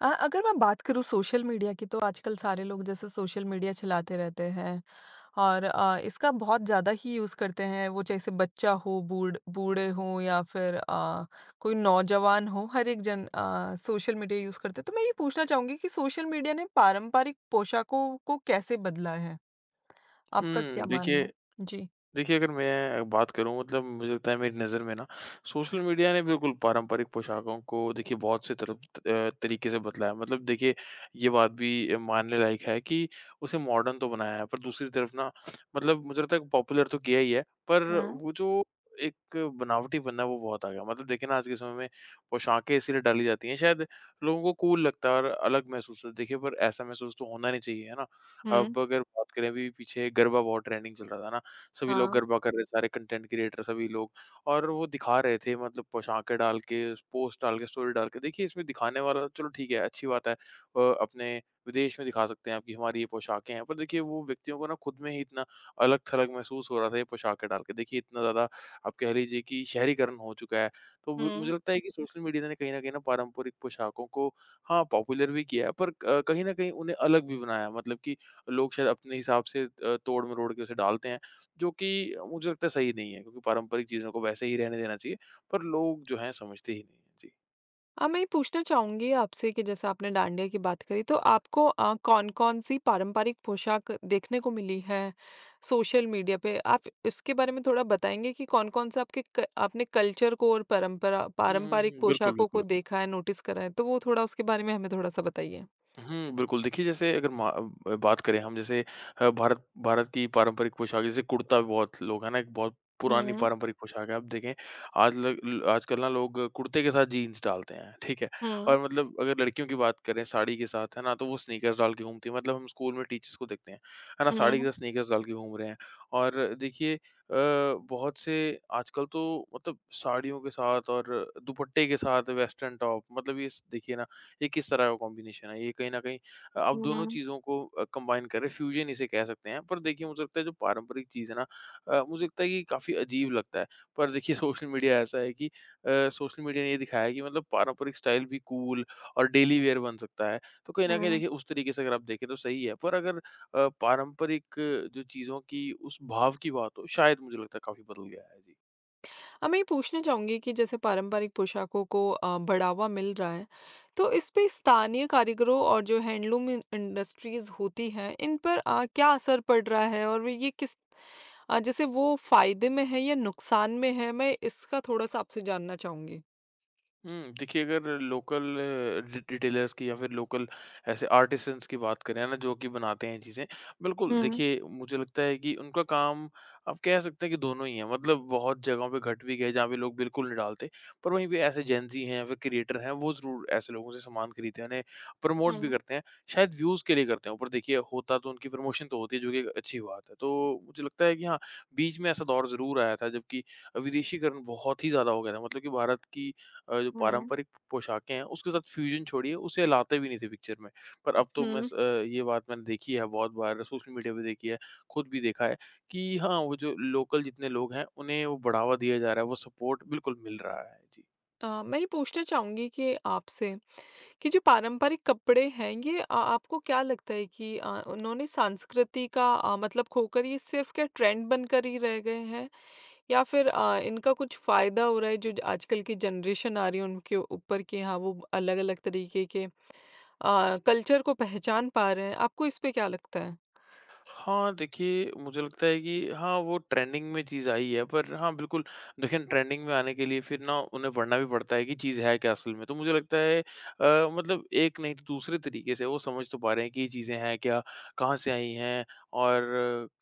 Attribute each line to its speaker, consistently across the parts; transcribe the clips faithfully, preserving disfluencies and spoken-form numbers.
Speaker 1: अ, अगर मैं बात करूँ सोशल मीडिया की तो आजकल सारे लोग जैसे सोशल मीडिया चलाते रहते हैं और अ, इसका बहुत ज़्यादा ही यूज़ करते हैं। वो जैसे बच्चा हो, बूढ़ बूढ़े हो या फिर अ, कोई नौजवान हो, हर एक जन अ, सोशल मीडिया यूज़ करते हैं। तो मैं ये पूछना चाहूँगी कि सोशल मीडिया ने पारंपरिक पोशाकों को कैसे बदला है? आपका
Speaker 2: हुँ,
Speaker 1: क्या मानना है?
Speaker 2: देखिए
Speaker 1: जी।
Speaker 2: देखिए, अगर मैं बात करूँ मतलब मुझे लगता है मेरी नज़र में ना सोशल मीडिया ने बिल्कुल पारंपरिक पोशाकों को देखिए बहुत से तरफ अ, तरीके से बदला है। मतलब देखिए ये बात भी मानने लायक है कि उसे मॉडर्न तो बनाया है पर दूसरी तरफ ना मतलब मुझे लगता है पॉपुलर तो किया ही है पर
Speaker 1: हुँ।
Speaker 2: वो जो एक बनावटी बनना है वो बहुत आ गया। मतलब देखिए ना आज के समय में पोशाकें इसीलिए डाली जाती हैं शायद लोगों को कूल लगता है और अलग महसूस होता है। देखिए पर ऐसा महसूस तो होना नहीं चाहिए, है ना?
Speaker 1: हुँ।
Speaker 2: अब अगर बात करें अभी पीछे गरबा बहुत ट्रेंडिंग चल रहा था ना, सभी लोग
Speaker 1: हाँ।
Speaker 2: गरबा कर रहे थे, सारे कंटेंट क्रिएटर सभी लोग और वो दिखा रहे थे मतलब पोशाकें डाल के, पोस्ट डाल के, स्टोरी डाल के। देखिए, इसमें दिखाने वाला तो चलो ठीक है, अच्छी बात है। अ, अपने विदेश में दिखा सकते हैं आप कि हमारी ये पोशाकें हैं, पर देखिए वो व्यक्तियों को ना खुद में ही इतना अलग-थलग महसूस हो रहा था ये पोशाकें डाल के। देखिए इतना ज़्यादा आप कह लीजिए कि शहरीकरण हो चुका है। तो व मुझे
Speaker 1: हुँ।
Speaker 2: लगता है कि सोशल मीडिया ने कहीं न कहीं ना पारंपरिक पोशाकों को हाँ, पॉपुलर भी किया है पर क कहीं न कहीं उन्हें अलग भी बनाया है। मतलब कि लोग शायद अपने हिसाब से अ, तोड़-मरोड़ के उसे डालते हैं। जो कि मुझे लगता है सही नहीं है क्योंकि पारंपरिक चीज़ों को वैसे ही रहने देना चाहिए, पर लोग जो हैं समझते ही नहीं हैं। जी।
Speaker 1: अ, मैं ये पूछना चाहूँगी आपसे कि जैसे आपने डांडिया की बात करी तो आपको अ, कौन-कौन सी पारंपरिक पोशाक देखने को मिली है सोशल मीडिया पे? आप इसके बारे में थोड़ा बताएँगे कि कौन-कौन सा आपके क आपने कल्चर को और परंपरा
Speaker 2: हुँ,
Speaker 1: पारंपरिक
Speaker 2: हुँ, हुँ। बिल्कुल,
Speaker 1: पोशाकों को
Speaker 2: बिल्कुल।
Speaker 1: देखा है, नोटिस करा है? तो वो थोड़ा उसके बारे में हमें थोड़ा-सा बताइए।
Speaker 2: हुँ, बिल्कुल। देखिए, जैसे अगर मा अ, बात करें हम जैसे अ, भारत भारत की पारंपरिक पोशाक जैसे कुर्ता भी बहुत लोग है ना, एक बहुत पुरानी
Speaker 1: हुँ।
Speaker 2: पारंपरिक पोशाक है। आप देखें आज लग ल आजकल ना लोग कुर्ते के साथ जीन्स डालते हैं, ठीक है?
Speaker 1: हुँ।
Speaker 2: और मतलब अगर लड़कियों की बात करें साड़ी के साथ, है ना, तो वो स्नीकर्स डाल के घूमती हैं। मतलब हम स्कूल में टीचर्स को देखते हैं, है ना, साड़ी के
Speaker 1: हुँ।
Speaker 2: साथ स्नीकर्स डाल के घूम रहे हैं। और देखिए अ, बहुत से आजकल तो मतलब साड़ियों के साथ और दुपट्टे के साथ वेस्टर्न टॉप मतलब ये स देखिए ना ये किस तरह का कॉम्बिनेशन है, ये कहीं न कहीं अ, आप दोनों
Speaker 1: हुँ।
Speaker 2: चीज़ों को अ, कंबाइन कर रहे हैं, फ्यूजन इसे कह सकते हैं। पर देखिए मुझे लगता है जो पारंपरिक चीज़ है ना अ, मुझे लगता है कि काफ़ी अजीब लगता है। पर देखिए सोशल मीडिया ऐसा है कि अ, सोशल मीडिया ने ये दिखाया है कि मतलब पारंपरिक स्टाइल भी कूल और डेली वियर बन सकता है। तो कहीं न कहीं
Speaker 1: हुँ।
Speaker 2: देखिए उस तरीके से अगर आप देखें तो सही है। पर अगर अ, पारंपरिक जो चीज़ों की उस भाव की बात हो शायद मुझे लगता है काफ़ी बदल गया है। जी।
Speaker 1: हाँ, मैं ये पूछना चाहूँगी कि जैसे पारंपरिक पोशाकों को अ, बढ़ावा मिल रहा है, तो इस पे स्थानीय कारीगरों और जो हैंडलूम इन इंडस्ट्रीज़ होती हैं, इन पर अ, क्या असर पड़ रहा है? और वे ये किस अ, जैसे वो फ़ायदे में है या नुकसान में है? मैं इसका थोड़ा-सा आपसे जानना चाहूँगी।
Speaker 2: हुँ, देखिए अगर लोकल रि रिटेलर्स की या फिर लोकल ऐसे आर्टिसन्स की बात करें, है ना, जो कि बनाते हैं चीज़ें, बिल्कुल
Speaker 1: हुँ।
Speaker 2: देखिए मुझे लगता है कि उनका काम आप कह सकते हैं कि दोनों ही हैं। मतलब बहुत जगहों पे घट भी गए जहाँ पे लोग बिल्कुल नहीं डालते, पर वहीं पे ऐसे जेन ज़ी हैं या फिर क्रिएटर हैं, वो ज़रूर ऐसे लोगों से सामान खरीदते हैं, उन्हें प्रमोट भी
Speaker 1: हुँ।
Speaker 2: करते हैं। शायद व्यूज़ के लिए करते हैं, पर देखिए होता तो उनकी प्रमोशन तो होती है, जो कि एक अच्छी बात है। तो मुझे लगता है कि हाँ, बीच में ऐसा दौर ज़रूर आया था जबकि विदेशीकरण बहुत ही ज़्यादा हो गया था। मतलब कि भारत की अ, जो
Speaker 1: हुँ।
Speaker 2: पारंपरिक पोशाकें हैं, उसके साथ फ्यूजन छोड़िए, उसे लाते भी नहीं थे पिक्चर में। पर अब तो मैं
Speaker 1: हुँ।
Speaker 2: स अ, ये बात मैंने देखी है बहुत बार, सोशल मीडिया पे देखी है, खुद भी देखा है कि हाँ, वो जो लोकल जितने लोग हैं, उन्हें वो बढ़ावा दिया जा रहा है, वो सपोर्ट बिल्कुल मिल रहा है। जी।
Speaker 1: अ, मैं ये पूछना चाहूँगी कि आपसे कि जो पारंपरिक कपड़े हैं, ये अ, आपको क्या लगता है कि अ, उन्होंने संस्कृति का अ, मतलब खोकर ये सिर्फ़ क्या ट्रेंड बनकर ही रह गए हैं? या फिर अ, इनका कुछ फ़ायदा हो रहा है जो ज- आजकल की जनरेशन आ रही है उनके ऊपर कि हाँ, वो अलग-अलग तरीके के अ, कल्चर को पहचान पा रहे हैं। आपको इस पे क्या लगता है?
Speaker 2: हाँ, देखिए मुझे लगता है कि हाँ, वो ट्रेंडिंग में चीज़ आई है पर हाँ, बिल्कुल देखिए ट्रेंडिंग में आने के लिए फिर ना उन्हें पढ़ना भी पड़ता है कि चीज़ है क्या असल में। तो मुझे लगता है अ, मतलब एक नहीं तो दूसरे तरीके से वो समझ तो पा रहे हैं कि ये चीज़ें हैं क्या, कहाँ से आई हैं और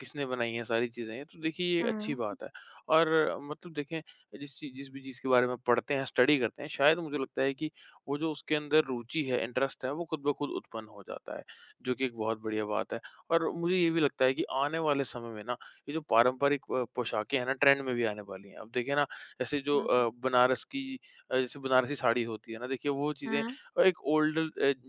Speaker 2: किसने बनाई हैं सारी चीज़ें। ये तो देखिए ये अच्छी
Speaker 1: हुँ।
Speaker 2: बात है और मतलब देखें जिस चीज़ जिस भी चीज़ के बारे में पढ़ते हैं, स्टडी करते हैं, शायद मुझे लगता है कि वो जो उसके अंदर रुचि है, इंटरेस्ट है, वो खुद ब खुद उत्पन्न हो जाता है, जो कि एक बहुत बढ़िया बात है। और मुझे ये भी लगता है कि आने वाले समय में ना ये जो पारंपरिक अ, पोशाकें हैं ना ट्रेंड में भी आने वाली हैं। अब देखिए ना ऐसे जो
Speaker 1: हुँ।
Speaker 2: अ, बनारस की अ, जैसे बनारसी साड़ी होती है ना देखिए वो चीज़ें
Speaker 1: हुँ।
Speaker 2: अ, एक ओल्ड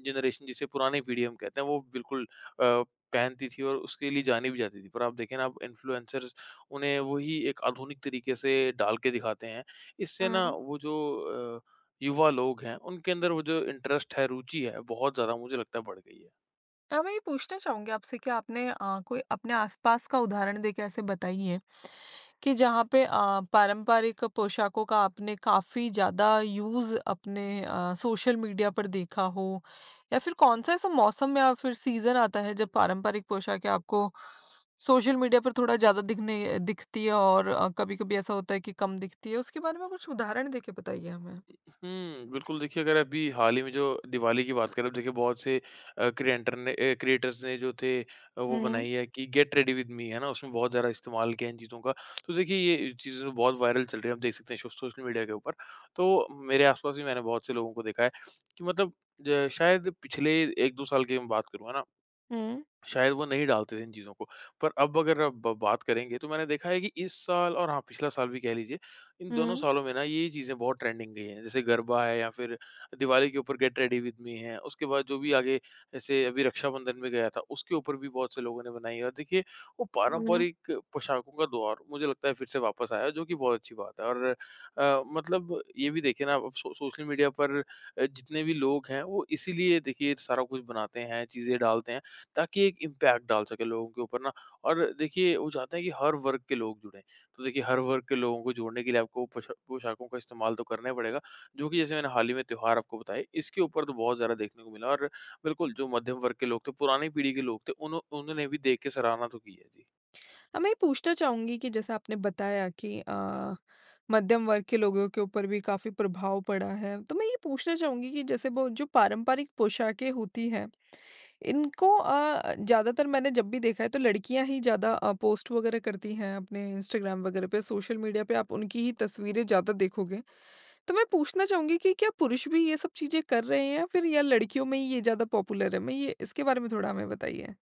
Speaker 2: जनरेशन जिसे पुरानी पीढ़ी हम कहते हैं वो बिल्कुल अ, पहनती थी और उसके लिए जानी भी जाती थी। पर आप देखें ना अब इन्फ्लुएंसर्स उन्हें वही एक आधुनिक तरीके से डाल के दिखाते हैं। इससे ना
Speaker 1: हुँ।
Speaker 2: वो जो अ, युवा लोग हैं उनके अंदर वो जो इंटरेस्ट है, रुचि है बहुत ज़्यादा मुझे लगता है बढ़ गई है।
Speaker 1: अ, मैं ये पूछना चाहूँगी आपसे कि आपने अ, कोई अपने आसपास का उदाहरण देके ऐसे बताइए कि जहाँ पे अ, पारंपरिक पोशाकों का आपने काफ़ी ज़्यादा यूज़ अपने अ, सोशल मीडिया पर देखा हो, या फिर कौन-सा ऐसा मौसम या फिर सीज़न आता है जब पारंपरिक पोशाकें आपको सोशल मीडिया पर थोड़ा ज़्यादा दिखने दिखती है और अ, कभी-कभी ऐसा होता है कि कम दिखती है? उसके बारे में कुछ उदाहरण देके बताइए हमें।
Speaker 2: हुँ, बिल्कुल देखिए अगर अभी हाल ही में जो दिवाली की बात करें अब देखिए बहुत से अ, क्रिएटर ने अ, क्रिएटर्स ने जो थे अ, वो
Speaker 1: हुँ।
Speaker 2: बनाई है कि गेट रेडी विद मी है ना? उसमें बहुत ज़्यादा इस्तेमाल किया है इन चीज़ों का। तो देखिए ये चीज़ें तो बहुत वायरल चल रही है आप देख सकते हैं शो सोशल मीडिया के ऊपर। तो मेरे आस-पास भी मैंने बहुत से लोगों को देखा है कि मतलब ज शायद पिछले एक दो साल की मैं बात करूँ है ना?
Speaker 1: हुँ।
Speaker 2: शायद वो नहीं डालते थे इन चीज़ों को। पर अब अगर अब ब बात करेंगे तो मैंने देखा है कि इस साल और हाँ, पिछला साल भी कह लीजिए, इन दोनों
Speaker 1: हुँ।
Speaker 2: सालों में ना ये चीज़ें बहुत ट्रेंडिंग गई हैं। जैसे गरबा है या फिर दिवाली के ऊपर गेट रेडी विद मी है। उसके बाद जो भी आगे जैसे अभी रक्षाबंधन में गया था, उसके ऊपर भी बहुत से लोगों ने बनाई है और देखिए वो
Speaker 1: हुँ।
Speaker 2: पारंपरिक पोशाकों का दौर मुझे लगता है फिर से वापस आया जो कि बहुत अच्छी बात है। और अ, मतलब ये भी देखिए ना अब सो सोशल मीडिया पर अ, जितने भी लोग हैं वो इसीलिए देखिए सारा कुछ बनाते हैं, चीज़ें डालते हैं ताकि एक इम्पैक्ट डाल सके लोगों के ऊपर ना और देखिए वो चाहते हैं कि हर वर्ग के लोग जुड़ें। तो देखिए हर वर्ग के लोगों को जोड़ने के लिए आपको पोशा पोशाकों का इस्तेमाल तो करना ही पड़ेगा, जो कि जैसे मैंने हाल ही में त्योहार आपको बताए, इसके ऊपर तो बहुत ज़्यादा देखने को मिला और बिल्कुल जो मध्यम वर्ग के लोग थे, पुरानी पीढ़ी के लोग थे, उन्हों उन्होंने भी देख के सराहना तो की है। जी।
Speaker 1: हाँ, मैं ये पूछना चाहूँगी कि जैसा आपने बताया कि अ, मध्यम वर्ग के लोगों के ऊपर भी काफ़ी प्रभाव पड़ा है। तो मैं ये पूछना चाहूँगी कि जैसे वो जो पारंपरिक पोशाकें होती हैं, इनको अ, ज़्यादातर मैंने जब भी देखा है तो लड़कियाँ ही ज़्यादा अ, पोस्ट वगैरह करती हैं अपने इंस्टाग्राम वगैरह पे, सोशल मीडिया पे आप उनकी ही तस्वीरें ज़्यादा देखोगे। तो मैं पूछना चाहूँगी कि क्या पुरुष भी ये सब चीज़ें कर रहे हैं या फिर या लड़कियों में ही ये ज़्यादा पॉपुलर है? मैं ये इसके बारे में थोड़ा हमें बताइए।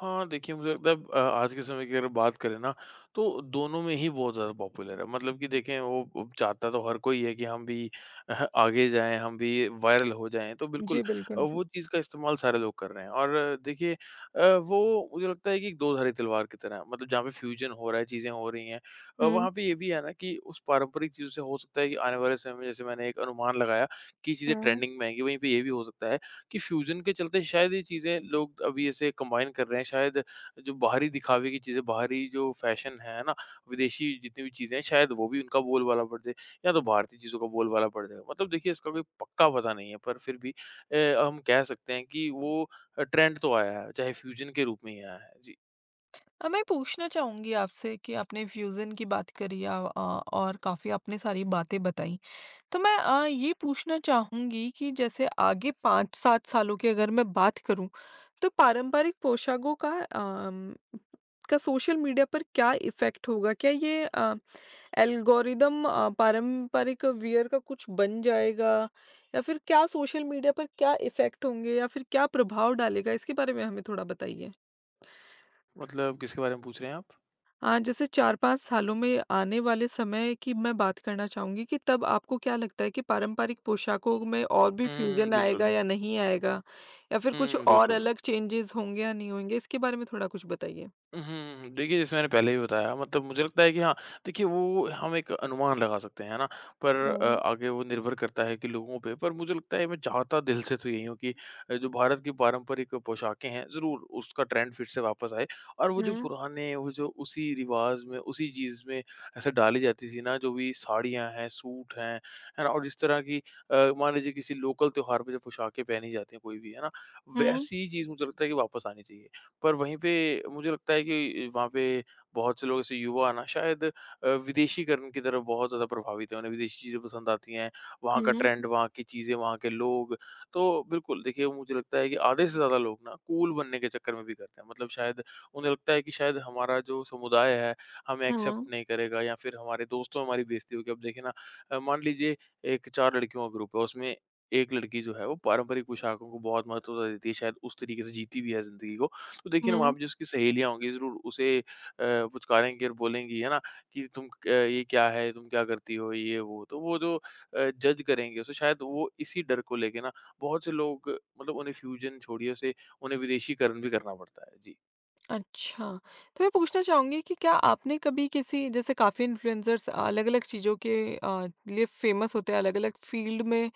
Speaker 2: हाँ, देखिए मुझे लगता है अ, आज के समय की अगर बात करें ना, तो दोनों में ही बहुत ज़्यादा पॉपुलर है। मतलब कि देखें वो वो चाहता तो हर कोई है कि हम भी अह, आगे जाएँ, हम भी वायरल हो जाएँ। तो बिल्कुल
Speaker 1: जी,
Speaker 2: अ,
Speaker 1: बिल्कुल।
Speaker 2: वो चीज़ का इस्तेमाल सारे लोग कर रहे हैं और अ, देखिए अ, वो मुझे लगता है कि एक दोधारी तलवार की तरह है। मतलब जहाँ पे फ्यूज़न हो रहा है, चीज़ें हो रही हैं अ, वहाँ पे ये भी है ना कि उस पारंपरिक चीज़ों से हो सकता है कि आने वाले समय में जैसे मैंने एक अनुमान लगाया कि चीज़ें
Speaker 1: हुँ।
Speaker 2: ट्रेंडिंग में आएँगी, वहीं पे ये भी हो सकता है कि फ्यूजन के चलते शायद ये चीज़ें लोग अभी ऐसे कंबाइन कर रहे हैं। शायद जो बाहरी दिखावे की चीज़ें, बाहरी जो फैशन है, है ना? विदेशी जितनी भी चीज़ें हैं, शायद वो भी उनका बोलबाला बढ़ जाए या तो भारतीय चीज़ों का बोलबाला बढ़ जाएगा। मतलब देखिए इसका कोई पक्का पता नहीं है, पर फिर भी अ, हम कह सकते हैं कि वो अ, ट्रेंड तो आया है, चाहे फ्यूजन के रूप में ही आया है। जी,
Speaker 1: अ, मैं पूछना चाहूँगी आपसे कि आपने फ्यूज़न की बात करी आ, अ, और काफ़ी आपने सारी बातें बताई। तो मैं अ, ये पूछना चाहूँगी कि जैसे आगे पाँच से सात सालों की अगर मैं बात करूँ, तो पारंपरिक पोशाकों का अम, का सोशल मीडिया पर क्या इफ़ेक्ट होगा? क्या ये अ, एल्गोरिदम अ, पारंपरिक वियर का कुछ बन जाएगा? या फिर क्या सोशल मीडिया पर क्या इफ़ेक्ट होंगे या फिर क्या प्रभाव डालेगा? इसके बारे में हमें थोड़ा बताइए।
Speaker 2: मतलब किसके बारे में पूछ रहे हैं आप?
Speaker 1: हाँ, जैसे चार से पाँच सालों में आने वाले समय की मैं बात करना चाहूँगी कि तब आपको क्या लगता है कि पारंपरिक पोशाकों में और भी
Speaker 2: हुँ,
Speaker 1: फ्यूज़न
Speaker 2: बिल्कुल।
Speaker 1: आएगा या नहीं आएगा? या फिर कुछ
Speaker 2: हुँ,
Speaker 1: और
Speaker 2: बिल्कुल।
Speaker 1: अलग चेंजेज़ होंगे या नहीं होंगे? इसके बारे में थोड़ा कुछ बताइए।
Speaker 2: उहुँ, देखिए जैसे मैंने पहले ही बताया मतलब मुझे लगता है कि हाँ, देखिए वो हम एक अनुमान लगा सकते हैं, है ना? पर अ,
Speaker 1: हुँ।
Speaker 2: आगे वो निर्भर करता है कि लोगों पे पर मुझे लगता है मैं चाहता दिल से तो यही हूँ कि अ, जो भारत की पारंपरिक पोशाकें हैं, ज़रूर उसका ट्रेंड फिर से वापस आए और वो जो
Speaker 1: हुँ।
Speaker 2: पुराने वो जो उसी रिवाज़ में, उसी चीज़ में ऐसे डाली जाती थी ना, जो भी साड़ियाँ हैं, सूट हैं, है ना? और जिस तरह की अ, मान लीजिए किसी लोकल त्योहार पे जो पोशाकें पहनी जाती हैं कोई भी, है ना?
Speaker 1: हुँ।
Speaker 2: वैसी चीज़ मुझे लगता है कि वापस आनी चाहिए। पर वहीं पे मुझे लगता है कि वहाँ पे बहुत से लोग ऐसे युवा ना शायद अ, विदेशीकरण की तरफ बहुत ज़्यादा प्रभावित हैं। उन्हें विदेशी चीज़ें पसंद आती हैं, वहाँ का
Speaker 1: हुँ।
Speaker 2: ट्रेंड, वहाँ की चीज़ें, वहाँ के लोग। तो बिल्कुल देखिए मुझे लगता है कि आधे से ज़्यादा लोग ना कूल बनने के चक्कर में भी करते हैं। मतलब शायद उन्हें लगता है कि शायद हमारा जो समुदाय है, हमें एक्सेप्ट
Speaker 1: हुँ।
Speaker 2: नहीं करेगा या फिर हमारे दोस्तों में हमारी बेइज़्ती होगी। अब देखिए ना अ, मान लीजिए एक चार लड़कियों का ग्रुप है, उसमें एक लड़की जो है वो पारंपरिक पोशाकों को बहुत महत्व देती है, शायद उस तरीके से जीती भी है ज़िंदगी को। तो देखिए ना वहाँ
Speaker 1: हुँ।
Speaker 2: पे जो उसकी सहेलियाँ होंगी ज़रूर उसे अ, फुचकारेंगी और बोलेंगी है ना कि तुम क अ, ये क्या है? तुम क्या करती हो? ये वो। तो वो जो अ, जज करेंगे उसे शायद वो इसी डर को लेके ना बहुत से लोग मतलब उन्हें फ्यूजन छोड़िए उसे उन्हें विदेशीकरण भी करना पड़ता है। जी।
Speaker 1: अच्छा, तो मैं पूछना चाहूँगी कि क्या आपने कभी किसी जैसे काफ़ी इन्फ्लुएंसर्स अलग-अलग चीज़ों के अ, लिए फ़ेमस होते हैं, अलग-अलग फ़ील्ड में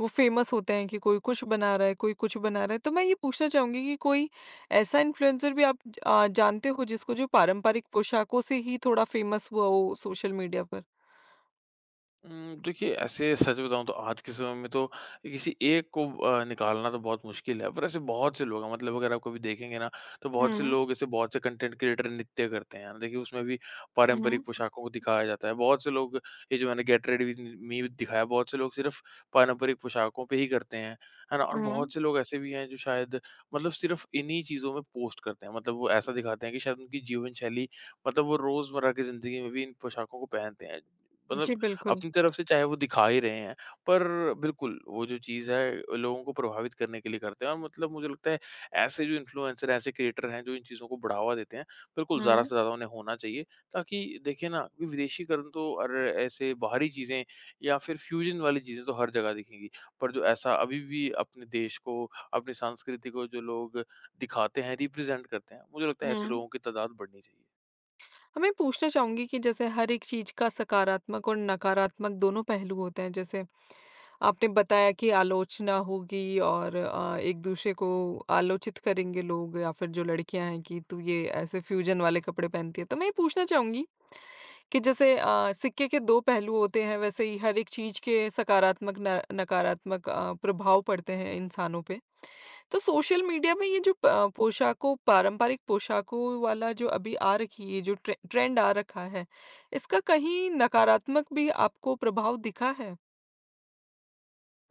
Speaker 1: वो फेमस होते हैं कि कोई कुछ बना रहा है, कोई कुछ बना रहा है। तो मैं ये पूछना चाहूँगी कि कोई ऐसा इन्फ्लुएंसर भी आप ज अ, जानते हो जिसको जो पारंपरिक पोशाकों से ही थोड़ा फेमस हुआ हो सोशल मीडिया पर?
Speaker 2: उम, देखिए ऐसे सच बताऊँ तो आज के समय में तो किसी एक को अ, निकालना तो बहुत मुश्किल है, पर ऐसे बहुत से लोग हैं मतलब अगर आप कभी देखेंगे ना, तो बहुत से
Speaker 1: हुँ।
Speaker 2: लोग ऐसे बहुत से कंटेंट क्रिएटर नृत्य करते हैं। ना, देखिए उसमें भी पारंपरिक
Speaker 1: हुँ।
Speaker 2: पोशाकों को दिखाया जाता है। बहुत से लोग ये जो मैंने गेट रेडी विद मी दिखाया, बहुत से लोग सिर्फ़ पारंपरिक पोशाकों पे ही करते हैं, है ना? और
Speaker 1: हुँ।
Speaker 2: बहुत से लोग ऐसे भी हैं जो शायद मतलब सिर्फ़ इन्हीं चीज़ों में पोस्ट करते हैं। मतलब वो ऐसा दिखाते हैं कि शायद उनकी जीवन शैली मतलब वो रोज़मर्रा की ज़िंदगी में भी इन पोशाकों को पहनते हैं।
Speaker 1: जी,
Speaker 2: मतलब
Speaker 1: बिल्कुल।
Speaker 2: अपनी तरफ से चाहे वो दिखा ही रहे हैं, पर बिल्कुल वो जो चीज़ है लोगों को प्रभावित करने के लिए करते हैं और मतलब मुझे लगता है ऐसे जो इन्फ्लुएंसर, ऐसे क्रिएटर हैं जो इन चीज़ों को बढ़ावा देते हैं, बिल्कुल ज़्यादा
Speaker 1: हुँ।
Speaker 2: से ज़्यादा उन्हें होना चाहिए ताकि देखिए ना कि विदेशीकरण तो और ऐसे बाहरी चीज़ें या फिर फ्यूज़न वाली चीज़ें तो हर जगह दिखेंगी। पर जो ऐसा अभी भी अपने देश को, अपनी संस्कृति को जो लोग दिखाते हैं, रिप्रेज़ेंट करते हैं, मुझे लगता है
Speaker 1: हुँ।
Speaker 2: ऐसे लोगों की तादाद बढ़नी चाहिए।
Speaker 1: हाँ, मैं पूछना चाहूँगी कि जैसे हर एक चीज़ का सकारात्मक और नकारात्मक दोनों पहलू होते हैं। जैसे आपने बताया कि आलोचना होगी और अ, एक दूसरे को आलोचित करेंगे लोग, या फिर जो लड़कियां हैं कि तू ये ऐसे फ्यूजन वाले कपड़े पहनती है। तो मैं ये पूछना चाहूंगी कि जैसे अ, सिक्के के दो पहलू होते हैं, वैसे ही हर एक चीज के सकारात्मक, न, नकारात्मक अ, प्रभाव पड़ते हैं इंसानों पे। तो सोशल मीडिया में ये जो प- अ, पोशाकों पारंपरिक पोशाकों वाला जो अभी आ रखी है, जो ट्रे, ट्रेंड आ रखा है, इसका कहीं नकारात्मक भी आपको प्रभाव दिखा है?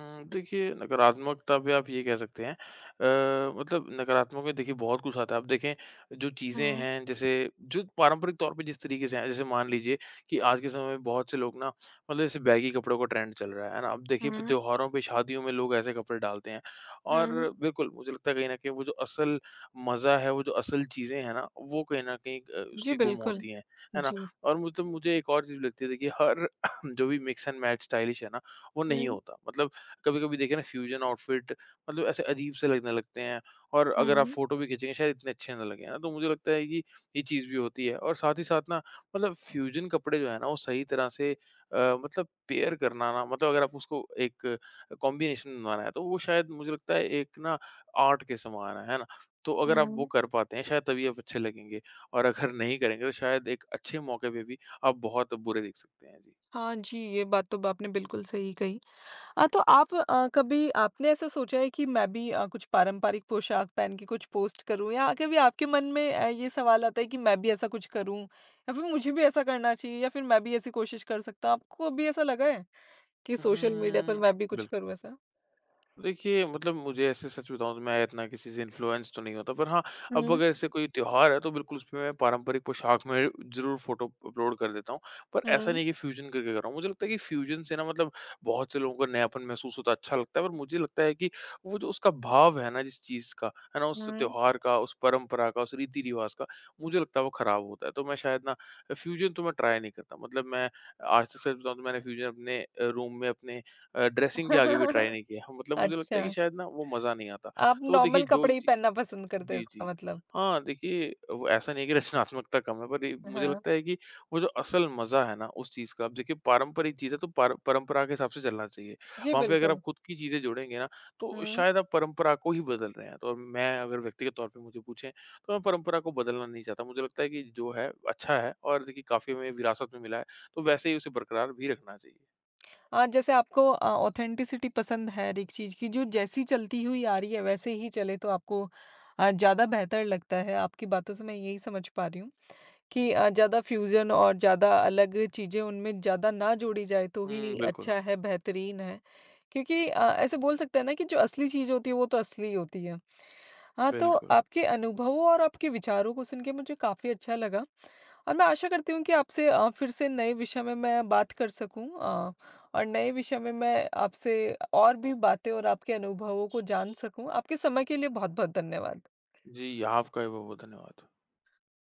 Speaker 2: हुँ, देखिए नकारात्मकता पे आप ये कह सकते हैं अ, मतलब नकारात्मक में देखिए बहुत कुछ आता है। आप देखें जो चीज़ें
Speaker 1: हम्म।
Speaker 2: हैं जैसे जो पारंपरिक तौर पे जिस तरीके से हैं, जैसे मान लीजिए कि आज के समय में बहुत से लोग ना मतलब जैसे बैगी कपड़ों का ट्रेंड चल रहा है, है ना? अब देखिए प
Speaker 1: हम्म।
Speaker 2: त्योहारों पे, शादियों में लोग ऐसे कपड़े डालते हैं और
Speaker 1: हुँ।
Speaker 2: बिल्कुल मुझे लगता है कहीं न कहीं वो जो असल मज़ा है, वो जो असल चीज़ें हैं ना, वो कहीं न कहीं अ,
Speaker 1: जी,
Speaker 2: उसकी गुम
Speaker 1: बिल्कुल।
Speaker 2: होती हैं, है ना?
Speaker 1: जी।
Speaker 2: और मतलब मुझे एक और चीज़ लगती है देखिए हर जो भी मिक्स एंड मैच स्टाइलिश है ना, वो नहीं
Speaker 1: हुँ।
Speaker 2: होता। मतलब कभी-कभी देखिए ना फ्यूजन आउटफिट मतलब ऐसे अजीब से लगने लगते हैं और अगर आप
Speaker 1: हुँ।
Speaker 2: फ़ोटो भी खींचेंगे शायद इतने अच्छे ना लगें, है ना? तो मुझे लगता है कि ये चीज़ भी होती है और साथ ही साथ ना मतलब फ्यूजन कपड़े जो है ना वो सही तरह से अ, मतलब पेयर करना ना मतलब अगर आप उसको एक कॉम्बिनेशन बनाना है तो वो शायद मुझे लगता है एक ना आर्ट के समान है, है ना? तो अगर आप वो
Speaker 1: हुँ।
Speaker 2: कर पाते हैं शायद तभी आप अच्छे लगेंगे और अगर नहीं करेंगे तो शायद एक अच्छे मौके पे भी आप बहुत बुरे दिख सकते हैं। जी।
Speaker 1: हाँ जी, ये बात तो आपने बिल्कुल सही कही। अ, तो आप अ, कभी आपने ऐसा सोचा है कि मैं भी अ, कुछ पारंपरिक पोशाक पहन के कुछ पोस्ट करूँ, या कभी आपके मन में अ, ये सवाल आता है कि मैं भी ऐसा कुछ करूँ या फिर मुझे भी ऐसा करना चाहिए या फिर मैं भी ऐसी कोशिश कर सकता हूँ? आपको कभी ऐसा लगा है कि सोशल मीडिया पर
Speaker 2: हुँ,
Speaker 1: मैं भी कुछ
Speaker 2: बिल्कुल।
Speaker 1: करूँ ऐसा?
Speaker 2: देखिए मतलब मुझे ऐसे सच बताऊँ तो मैं इतना किसी से इन्फ्लुएंस तो नहीं होता पर हाँ, अब
Speaker 1: हुँ।
Speaker 2: अगर ऐसे कोई त्योहार है तो बिल्कुल उसमें मैं पारंपरिक पोशाक में ज़रूर फ़ोटो अपलोड कर देता हूँ। पर ऐसा
Speaker 1: हुँ।
Speaker 2: नहीं है कि फ्यूज़न करके कर रहा हूँ। मुझे लगता है कि फ्यूज़न से ना मतलब बहुत से लोगों को नयापन महसूस होता है, अच्छा लगता है पर मुझे लगता है कि वो जो उसका भाव है ना जिस चीज़ का, है ना? उस
Speaker 1: हुँ।
Speaker 2: त्योहार का, उस परंपरा का, उस रीति-रिवाज़ का, मुझे लगता है वो ख़राब होता है। तो मैं शायद ना फ्यूज़न तो मैं ट्राई नहीं करता। मतलब मैं आज तक सच बताऊँ तो मैंने फ्यूज़न अपने अ, रूम में अपने अ, ड्रेसिंग के आगे भी ट्राई नहीं किया। हाँ, मतलब मुझे लगता है कि
Speaker 1: अच्छा,
Speaker 2: शायद ना वो मज़ा नहीं आता।
Speaker 1: आप
Speaker 2: तो देखिए
Speaker 1: नॉर्मल
Speaker 2: जो
Speaker 1: कपड़े ही
Speaker 2: ची
Speaker 1: पहनना पसंद करते हैं
Speaker 2: जी,
Speaker 1: इसका
Speaker 2: जी।
Speaker 1: मतलब?
Speaker 2: हाँ, देखिए वो ऐसा नहीं है कि रचनात्मकता कम है पर ये मुझे
Speaker 1: हाँ।
Speaker 2: लगता है कि वो जो असल मज़ा है ना उस चीज़ का अब देखिए पारंपरिक चीज़ है तो पार परंपरा के हिसाब से चलना चाहिए।
Speaker 1: जी,
Speaker 2: वहाँ पे अगर आप
Speaker 1: बिल्कुल।
Speaker 2: खुद की चीज़ें जोड़ेंगे ना तो
Speaker 1: हुँ।
Speaker 2: शायद आप परंपरा को ही बदल रहे हैं। तो मैं अगर व्यक्तिगत तौर पे मुझे पूछें तो मैं परंपरा को बदलना नहीं चाहता। मुझे लगता है कि जो है अच्छा है और देखिए काफ़ी हमें विरासत में मिला है। तो वैसे ही उसे बरकरार भी रखना चाहिए।
Speaker 1: अ, जैसे आपको अ, ऑथेंटिसिटी पसंद है हर एक चीज़ की, जो जैसी चलती हुई आ रही है वैसे ही चले तो आपको अ, ज़्यादा बेहतर लगता है, आपकी बातों से मैं यही समझ पा रही हूँ। कि अ, ज़्यादा फ्यूज़न और ज़्यादा अलग चीज़ें उनमें ज़्यादा ना जोड़ी जाए तो
Speaker 2: हुँ,
Speaker 1: ही
Speaker 2: बिल्कुल,
Speaker 1: अच्छा है, बेहतरीन है। क्योंकि अ, ऐसे बोल सकते हैं ना कि जो असली चीज़ होती है वो तो असली होती है। हाँ, तो
Speaker 2: बिल्कुल।
Speaker 1: आपके अनुभवों और आपके विचारों को सुन के मुझे काफ़ी अच्छा लगा और मैं आशा करती हूँ कि आपसे अ, फिर से नए विषय में मैं बात कर सकूँ अ, और नए विषय में मैं आपसे और भी बातें और आपके अनुभवों को जान सकूँ। आपके समय के लिए बहुत-बहुत धन्यवाद।
Speaker 2: जी, आपका भी बहुत-बहुत धन्यवाद।